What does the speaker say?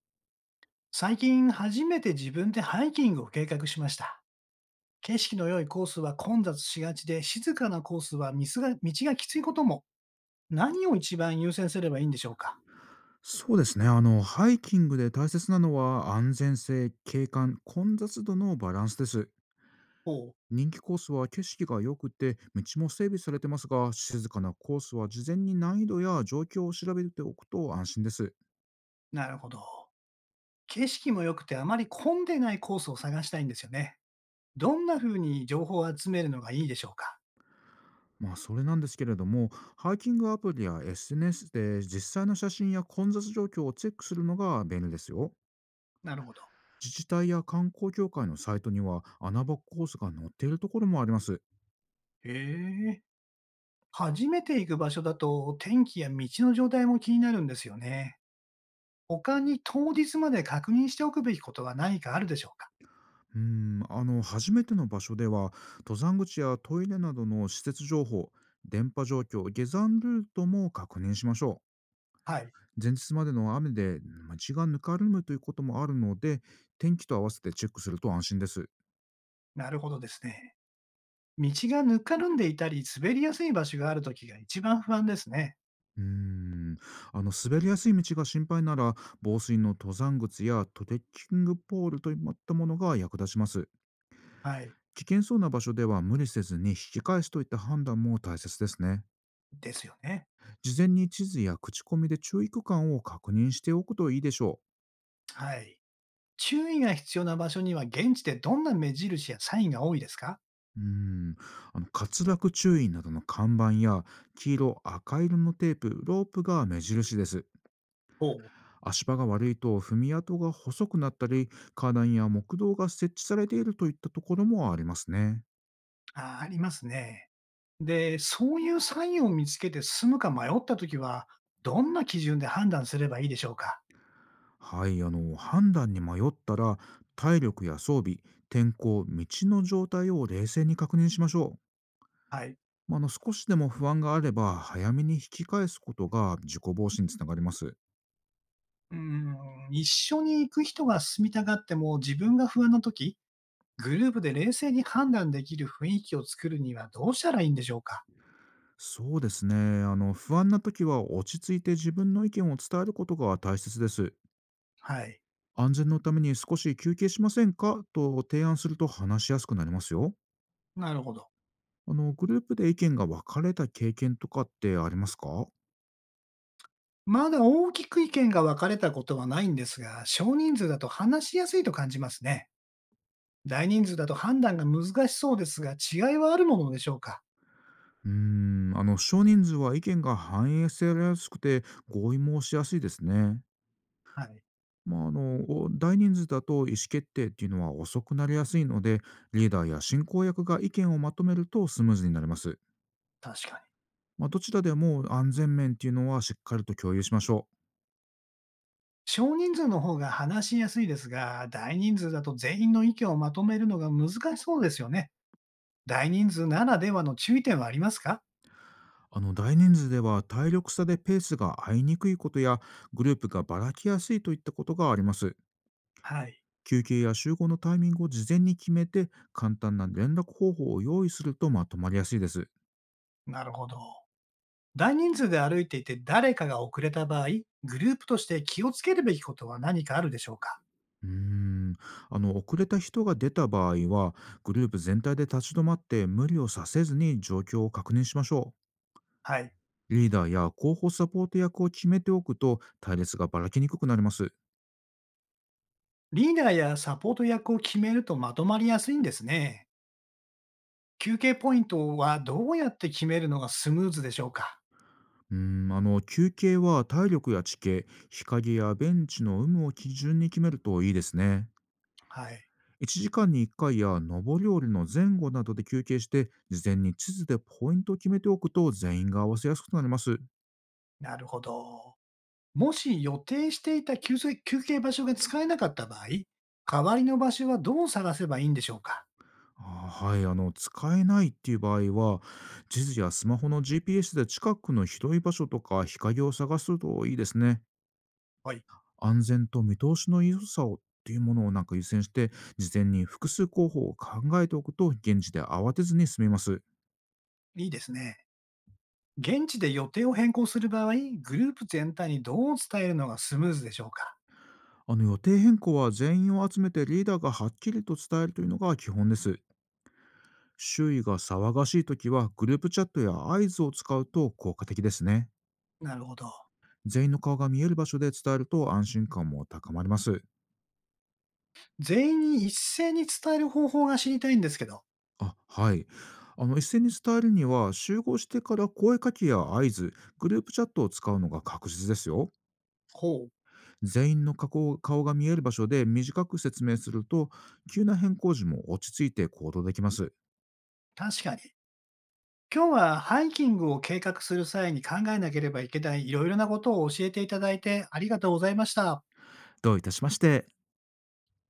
最近初めて自分でハイキングを計画しました。景色の良いコースは混雑しがちで、静かなコースは道がきついことも、何を一番優先すればいいんでしょうか？そうですね。ハイキングで大切なのは安全性、景観、混雑度のバランスです。おう。人気コースは景色が良くて、道も整備されてますが、静かなコースは事前に難易度や状況を調べておくと安心です。なるほど。景色も良くてあまり混んでないコースを探したいんですよね。どんな風に情報を集めるのがいいでしょうか？まあ、それなんですけれども、ハイキングアプリや SNS で実際の写真や混雑状況をチェックするのが便利ですよ。なるほど。自治体や観光協会のサイトには穴場コースが載っているところもあります。へえ。初めて行く場所だと天気や道の状態も気になるんですよね。他に当日まで確認しておくべきことは何かあるでしょうか？初めての場所では、登山口やトイレなどの施設情報、電波状況、下山ルートも確認しましょはい。う。前日までの雨で、地がぬかるむということもあるので、天気と合わせてチェックすると安心です。なるほどですね。道がぬかるんでいたり、滑りやすい場所があるときが一番不安ですね。うーん滑りやすい道が心配なら、防水の登山靴やトレッキングポールといったものが役立ちます。はい。危険そうな場所では無理せずに引き返すといった判断も大切ですね。ですよね。事前に地図や口コミで注意区間を確認しておくといいでしょはい。注意が必要な場所には現地でどんな目印やサインが多いですか？う。滑落注意などの看板や、黄色赤色のテープロープが目印です。ほう。足場が悪いと踏み跡が細くなったり、花壇や木道が設置されているといったところもありますね。あー、ありますね。で、そういうサインを見つけて進むか迷ったときは、どんな基準で判断すればいいでしょうか？はい、判断に迷ったら、体力や装備、天候、道の状態を冷静に確認しましょう。はい。まあ、少しでも不安があれば早めに引き返すことが事故防止につながります。うーん、一緒に行く人が進みたがっても自分が不安なとき、グループで冷静に判断できる雰囲気を作るにはどうしたらいいんでしょうか？そうですね。不安な時は落ち着いて自分の意見を伝えることが大切です。はい。安全のために少し休憩しませんかと提案すると話しやすくなりますよ。なるほど。グループで意見が分かれた経験とかってありますか？まだ大きく意見が分かれたことはないんですが、少人数だと話しやすいと感じますね。大人数だと判断が難しそうですが、違いはあるものでしょうか？少人数は意見が反映されやすくて合意もしやすいですね。はい。まあ、あのお大人数だと意思決定っていうのは遅くなりやすいので、リーダーや進行役が意見をまとめるとスムーズになります。確かに。まあ、どちらでも安全面っていうのはしっかりと共有しましょう。少人数の方が話しやすいですが、大人数だと全員の意見をまとめるのが難しそうですよね。大人数ならではの注意点はありますか？大人数では体力差でペースが合いにくいことや、グループがばらきやすいといったことがあります。はい。休憩や集合のタイミングを事前に決めて、簡単な連絡方法を用意するとまとまりやすいです。なるほど。大人数で歩いていて誰かが遅れた場合、グループとして気をつけるべきことは何かあるでしょうか？うーん遅れた人が出た場合は、グループ全体で立ち止まって無理をさせずに状況を確認しましょはい。う。リーダーや広報サポート役を決めておくと、隊列がばらけにくくなります。リーダーやサポート役を決めるとまとまりやすいんですね。休憩ポイントはどうやって決めるのがスムーズでしょうか？休憩は体力や地形、日陰やベンチの有無を基準に決めるといいですね。はい。1時間に1回や上り下りの前後などで休憩して、事前に地図でポイントを決めておくと全員が合わせやすくなります。なるほど。もし予定していた休息休憩場所が使えなかった場合、代わりの場所はどう探せばいいんでしょうか？はい。使えないっていう場合は、地図やスマホの GPS で近くの広い場所とか日陰を探すといいですね。はい。安全と見通しの良さをっていうものをなんか優先して、事前に複数候補を考えておくと、現地で慌てずに済みます。いいですね。現地で予定を変更する場合、グループ全体にどう伝えるのがスムーズでしょうか？予定変更は全員を集めてリーダーがはっきりと伝えるというのが基本です。周囲が騒がしい時は、グループチャットや合図を使うと効果的ですね。なるほど。全員の顔が見える場所で伝えると安心感も高まります。全員に一斉に伝える方法が知りたいんですけど。あ、はい。SNS 伝えるには、集合してから声かけや合図、グループチャットを使うのが確実ですよ。ほう。全員の顔が見える場所で短く説明すると、急な変更時も落ち着いて行動できます。確かに。今日はハイキングを計画する際に考えなければいけないいろいろなことを教えていただいてありがとうございました。どういたしまして。